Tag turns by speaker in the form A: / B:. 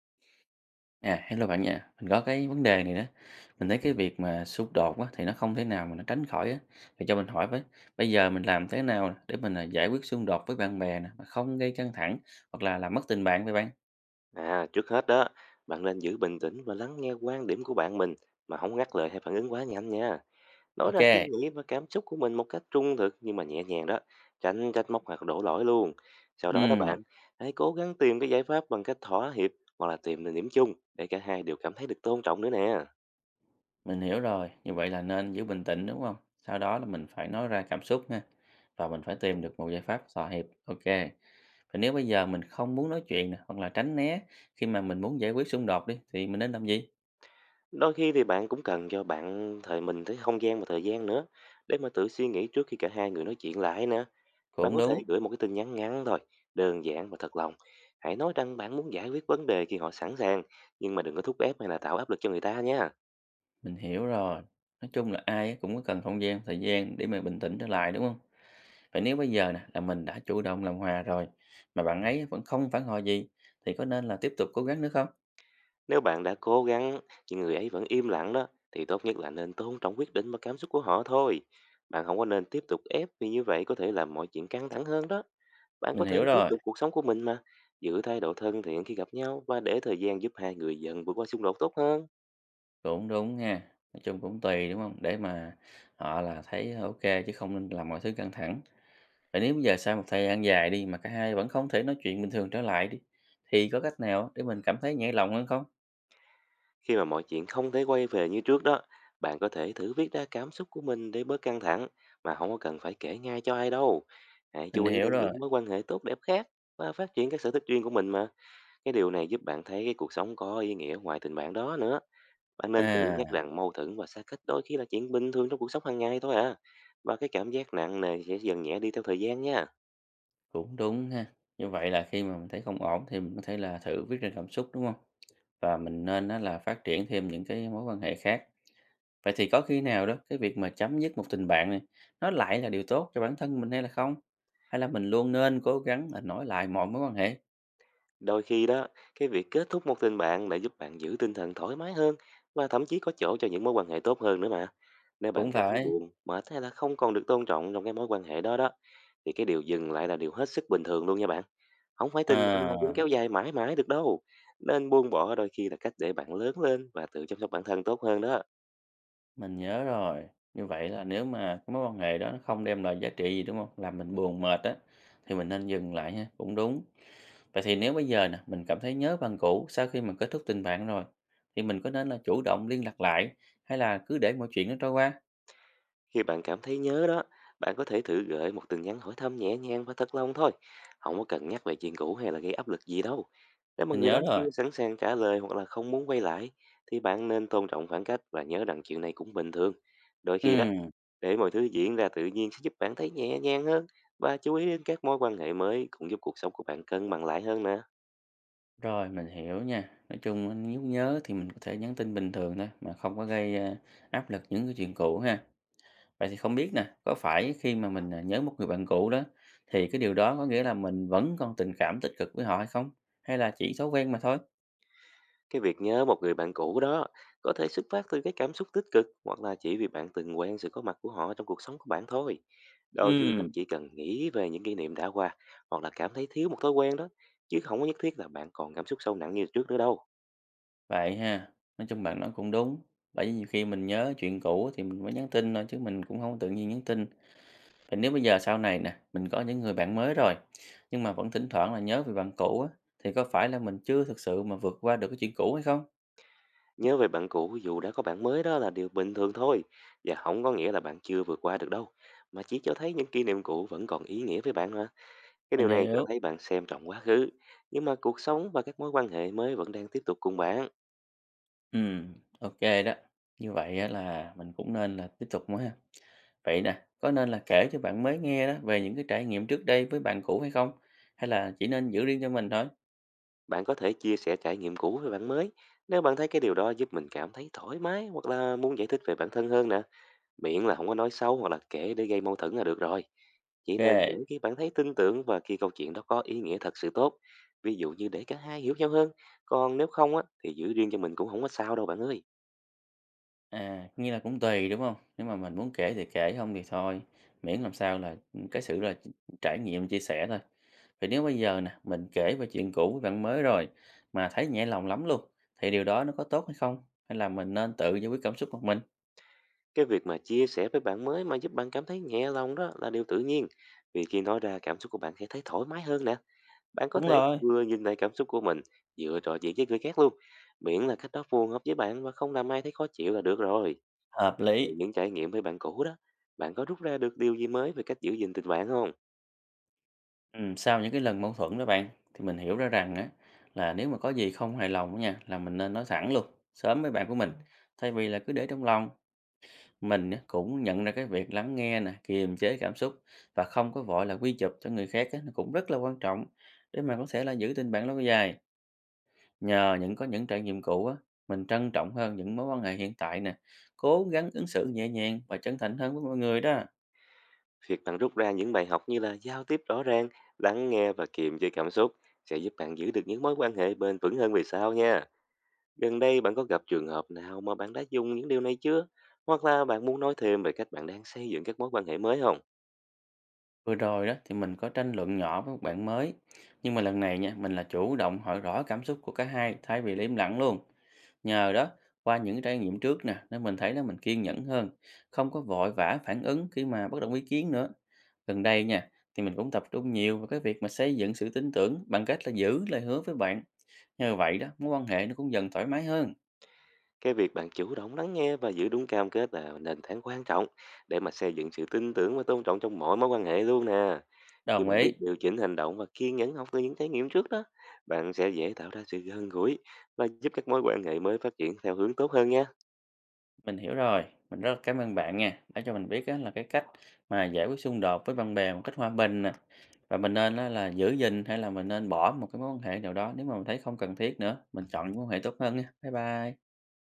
A: À, hello bạn nha. Mình có cái vấn đề này đó. Mình thấy cái việc mà xung đột á, thì nó không thể nào mà nó tránh khỏi á. Thì cho mình hỏi với, bây giờ mình làm thế nào để giải quyết xung đột với bạn bè nè, mà không gây căng thẳng hoặc là làm mất tình bạn với bạn?
B: À, trước hết đó, bạn nên giữ bình tĩnh và lắng nghe quan điểm của bạn mình mà không ngắt lời hay phản ứng quá nhanh nha. Nói ra suy
A: Ok.
B: nghĩ và cảm xúc của mình một cách trung thực nhưng mà nhẹ nhàng đó, tránh trách móc hoặc đổ lỗi luôn. Sau đó đó
A: Ừm,
B: bạn, hãy cố gắng tìm cái giải pháp bằng cách thỏa hiệp hoặc là tìm được điểm chung để cả hai đều cảm thấy được tôn trọng nữa nè.
A: mình hiểu rồi. Như vậy là nên giữ bình tĩnh đúng không? Sau đó là mình phải nói ra cảm xúc ha. Và mình phải tìm được một giải pháp thỏa hiệp. Ok. Và nếu bây giờ mình không muốn nói chuyện nè, hoặc là tránh né khi mà mình muốn giải quyết xung đột đi thì mình nên làm gì?
B: Đôi khi thì bạn cũng cần cho bạn thời mình thấy không gian và thời gian nữa để mà tự suy nghĩ trước khi cả hai người nói chuyện lại nè. Bạn
A: Cũng
B: có thể
A: đúng.
B: gửi một cái tin nhắn ngắn thôi, đơn giản và thật lòng. Hãy nói rằng bạn muốn giải quyết vấn đề khi họ sẵn sàng, nhưng mà đừng có thúc ép hay là tạo áp lực cho người ta nha.
A: Mình hiểu rồi. Nói chung là ai cũng có cần không gian, thời gian để mà bình tĩnh trở lại, đúng không? Vậy nếu bây giờ nè là mình đã chủ động làm hòa rồi, mà bạn ấy vẫn không phản hồi gì thì có nên là tiếp tục cố gắng nữa không?
B: Nếu bạn đã cố gắng nhưng người ấy vẫn im lặng đó, thì tốt nhất là nên tôn trọng quyết định và cảm xúc của họ thôi. Bạn không có nên tiếp tục ép, vì như vậy có thể làm mọi chuyện căng thẳng hơn đó. Bạn
A: Mình
B: có
A: hiểu
B: thể tiếp
A: rồi,
B: tục cuộc sống của mình mà, giữ thái độ thân thiện khi gặp nhau, và để thời gian giúp hai người dần vượt qua xung đột tốt hơn.
A: cũng đúng nha. Nói chung cũng tùy, đúng không? Để mà họ là thấy ok chứ không nên làm mọi thứ căng thẳng. Vậy nếu bây giờ sau một thời gian dài đi mà cả hai vẫn không thể nói chuyện bình thường trở lại đi, thì có cách nào để mình cảm thấy nhẹ lòng hơn không?
B: Khi mà mọi chuyện không thể quay về như trước đó, bạn có thể thử viết ra cảm xúc của mình để bớt căng thẳng, mà không có cần phải kể ngay cho ai đâu. Hãy
A: Mình
B: chú ý
A: hiểu
B: đến
A: rồi.
B: những mối quan hệ tốt đẹp khác và phát triển các sở thích riêng của mình mà. Cái điều này giúp bạn thấy cái cuộc sống có ý nghĩa ngoài tình bạn đó nữa. Bạn nên tự nhắc
A: À.
B: rằng mâu thuẫn và xa cách đôi khi là chuyện bình thường trong cuộc sống hàng ngày thôi à. Và cái cảm giác nặng nề sẽ dần nhẹ đi theo thời gian nha.
A: Cũng đúng ha. Như vậy là khi mà mình thấy không ổn thì mình có thể là thử viết ra cảm xúc, đúng không? Và mình nên đó là phát triển thêm những cái mối quan hệ khác. Vậy thì có khi nào đó cái việc mà chấm dứt một tình bạn này, nó lại là điều tốt cho bản thân mình hay là không? Hay là mình luôn nên cố gắng là nối lại mọi mối quan hệ?
B: Đôi khi đó, cái việc kết thúc một tình bạn lại giúp bạn giữ tinh thần thoải mái hơn, và thậm chí có chỗ cho những mối quan hệ tốt hơn nữa mà. Nếu bạn
A: Cũng
B: cảm thấy
A: phải.
B: buồn, mệt, hay là không còn được tôn trọng trong cái mối quan hệ đó đó, thì cái điều dừng lại là điều hết sức bình thường luôn nha bạn. Không phải tình bạn nào cũng
A: À.
B: kéo dài mãi mãi được đâu. Nên buông bỏ đôi khi là cách để bạn lớn lên và tự chăm sóc bản thân tốt hơn đó.
A: Mình nhớ rồi. Như vậy là nếu mà cái mối quan hệ đó nó không đem lại giá trị gì, đúng không? Làm mình buồn mệt á, thì mình nên dừng lại ha, cũng đúng. Vậy thì nếu bây giờ nè, mình cảm thấy nhớ bạn cũ sau khi mà kết thúc tình bạn rồi, thì mình có nên là chủ động liên lạc lại hay là cứ để mọi chuyện nó trôi qua?
B: Khi bạn cảm thấy nhớ đó, bạn có thể thử gửi một tin nhắn hỏi thăm nhẹ nhàng và thật lòng thôi. Không có cần nhắc về chuyện cũ hay là gây áp lực gì đâu. Nếu mà
A: Mình
B: người
A: nhớ
B: đó
A: rồi.
B: chưa sẵn sàng trả lời hoặc là không muốn quay lại, thì bạn nên tôn trọng khoảng cách và nhớ rằng chuyện này cũng bình thường. Đôi khi đó,
A: ừ
B: để mọi thứ diễn ra tự nhiên sẽ giúp bạn thấy nhẹ nhàng hơn, và chú ý đến các mối quan hệ mới cũng giúp cuộc sống của bạn cân bằng lại hơn nè.
A: rồi, mình hiểu nha. Nói chung nếu nhớ thì mình có thể nhắn tin bình thường thôi, mà không có áp lực những cái chuyện cũ ha. Vậy thì không biết nè, có phải khi mà nhớ một người bạn cũ đó, thì cái điều đó có nghĩa là mình vẫn còn tình cảm tích cực với họ hay không? Hay là chỉ thói quen mà thôi?
B: Cái việc nhớ một người bạn cũ đó có thể xuất phát từ cái cảm xúc tích cực, hoặc là chỉ vì bạn từng quen sự có mặt của họ trong cuộc sống của bạn thôi. Đôi khi bạn
A: Ừm,
B: chỉ cần nghĩ về những kỷ niệm đã qua, hoặc là cảm thấy thiếu một thói quen đó, chứ không có nhất thiết là bạn còn cảm xúc sâu nặng như trước nữa đâu.
A: Vậy ha, nói chung bạn nói cũng đúng. Bởi vì nhiều khi mình nhớ chuyện cũ thì mình mới nhắn tin thôi chứ mình cũng không tự nhiên nhắn tin. Vậy nếu bây giờ sau này nè, mình có những người bạn mới rồi, nhưng mà vẫn thỉnh thoảng là nhớ về bạn cũ á, thì có phải là mình chưa thực sự mà vượt qua được cái chuyện cũ hay không?
B: Nhớ về bạn cũ dù đã có bạn mới đó là điều bình thường thôi, và không có nghĩa là bạn chưa vượt qua được đâu, mà chỉ cho thấy những kỷ niệm cũ vẫn còn ý nghĩa với bạn mà. Cái
A: Mình
B: điều này cho
A: hiểu,
B: thấy bạn xem trọng quá khứ, nhưng mà cuộc sống và các mối quan hệ mới vẫn đang tiếp tục cùng bạn.
A: ừm, ok đó. Như vậy á là mình cũng nên là tiếp tục nữa ha. Vậy nè, có nên là kể cho bạn mới nghe đó về những cái trải nghiệm trước đây với bạn cũ hay không? Hay là chỉ nên giữ riêng cho mình thôi?
B: Bạn có thể chia sẻ trải nghiệm cũ với bạn mới, nếu bạn thấy cái điều đó giúp mình cảm thấy thoải mái hoặc là muốn giải thích về bản thân hơn nè. Miễn là không có nói xấu hoặc là kể để gây mâu thuẫn là được rồi. Chỉ nên kể
A: Ok,
B: khi bạn thấy tin tưởng và khi câu chuyện đó có ý nghĩa thật sự tốt. Ví dụ như để cả hai hiểu nhau hơn, còn nếu không á, thì giữ riêng cho mình cũng không có sao đâu bạn ơi.
A: nghĩa là cũng tùy đúng không? Nếu mà mình muốn kể thì kể, không thì thôi. Miễn làm sao là cái sự là trải nghiệm chia sẻ thôi. Vì nếu bây giờ nè, mình kể về chuyện cũ với bạn mới rồi mà thấy nhẹ lòng lắm luôn, thì điều đó nó có tốt hay không? Hay là mình nên tự giải quyết cảm xúc một mình?
B: Cái việc mà chia sẻ với bạn mới mà giúp bạn cảm thấy nhẹ lòng đó là điều tự nhiên. Vì khi nói ra cảm xúc của bạn sẽ thấy thoải mái hơn nè. Bạn có
A: Đúng
B: thể
A: rồi,
B: vừa nhìn lại cảm xúc của mình, vừa trò chuyện với người khác luôn. Miễn là cách đó phù hợp với bạn và không làm ai thấy khó chịu là được rồi.
A: hợp
B: Từ
A: lý.
B: những trải nghiệm với bạn cũ đó, bạn có rút ra được điều gì mới về cách giữ gìn tình bạn không?
A: Sau những cái lần mâu thuẫn đó bạn thì mình hiểu ra rằng á là nếu mà có gì không hài lòng á nha là mình nên nói thẳng luôn sớm với bạn của mình thay vì là cứ để trong lòng mình á, cũng nhận ra cái việc lắng nghe nè, kiềm chế cảm xúc và không có vội là quy chụp cho người khác á, nó cũng rất là quan trọng để mà có thể là giữ tình bạn lâu dài, nhờ những có những trải nghiệm cũ á mình trân trọng hơn những mối quan hệ hiện tại nè, cố gắng ứng xử nhẹ nhàng và chân thành hơn với mọi người đó.
B: Việc bạn rút ra những bài học như là giao tiếp rõ ràng, lắng nghe và kiềm chế cảm xúc sẽ giúp bạn giữ được những mối quan hệ bền vững hơn về sau nha. Gần đây bạn có gặp trường hợp nào mà bạn đã dùng những điều này chưa? Hoặc là bạn muốn nói thêm về cách bạn đang xây dựng các mối quan hệ mới không?
A: Vừa rồi đó thì mình có tranh luận nhỏ với một bạn mới, nhưng mà lần này nha, mình là chủ động hỏi rõ cảm xúc của cả hai thay vì là im lặng luôn. Nhờ đó, qua những trải nghiệm trước nè, nên mình thấy là mình kiên nhẫn hơn, không có vội vã phản ứng khi mà bất đồng ý kiến nữa. Gần đây nha, thì mình cũng tập trung nhiều vào cái việc mà xây dựng sự tin tưởng bằng cách là giữ lời hứa với bạn. Nhờ vậy đó, mối quan hệ nó cũng dần thoải mái hơn.
B: Cái việc bạn chủ động lắng nghe và giữ đúng cam kết là nền tảng quan trọng để mà xây dựng sự tin tưởng và tôn trọng trong mọi mối quan hệ luôn nè. Khi
A: Đồng
B: bạn
A: ý,
B: biết điều chỉnh hành động và kiên nhẫn học từ những trải nghiệm trước đó, bạn sẽ dễ tạo ra sự gần gũi và giúp các mối quan hệ mới phát triển theo hướng tốt hơn nha.
A: mình hiểu rồi. Mình rất là cảm ơn bạn nha, đã cho mình biết á, là cái cách mà giải quyết xung đột với bạn bè một cách hòa bình nè. Và mình nên á là giữ gìn hay là mình nên bỏ một cái mối quan hệ nào đó nếu mà mình thấy không cần thiết nữa, mình chọn những mối quan hệ tốt hơn nha. Bye bye.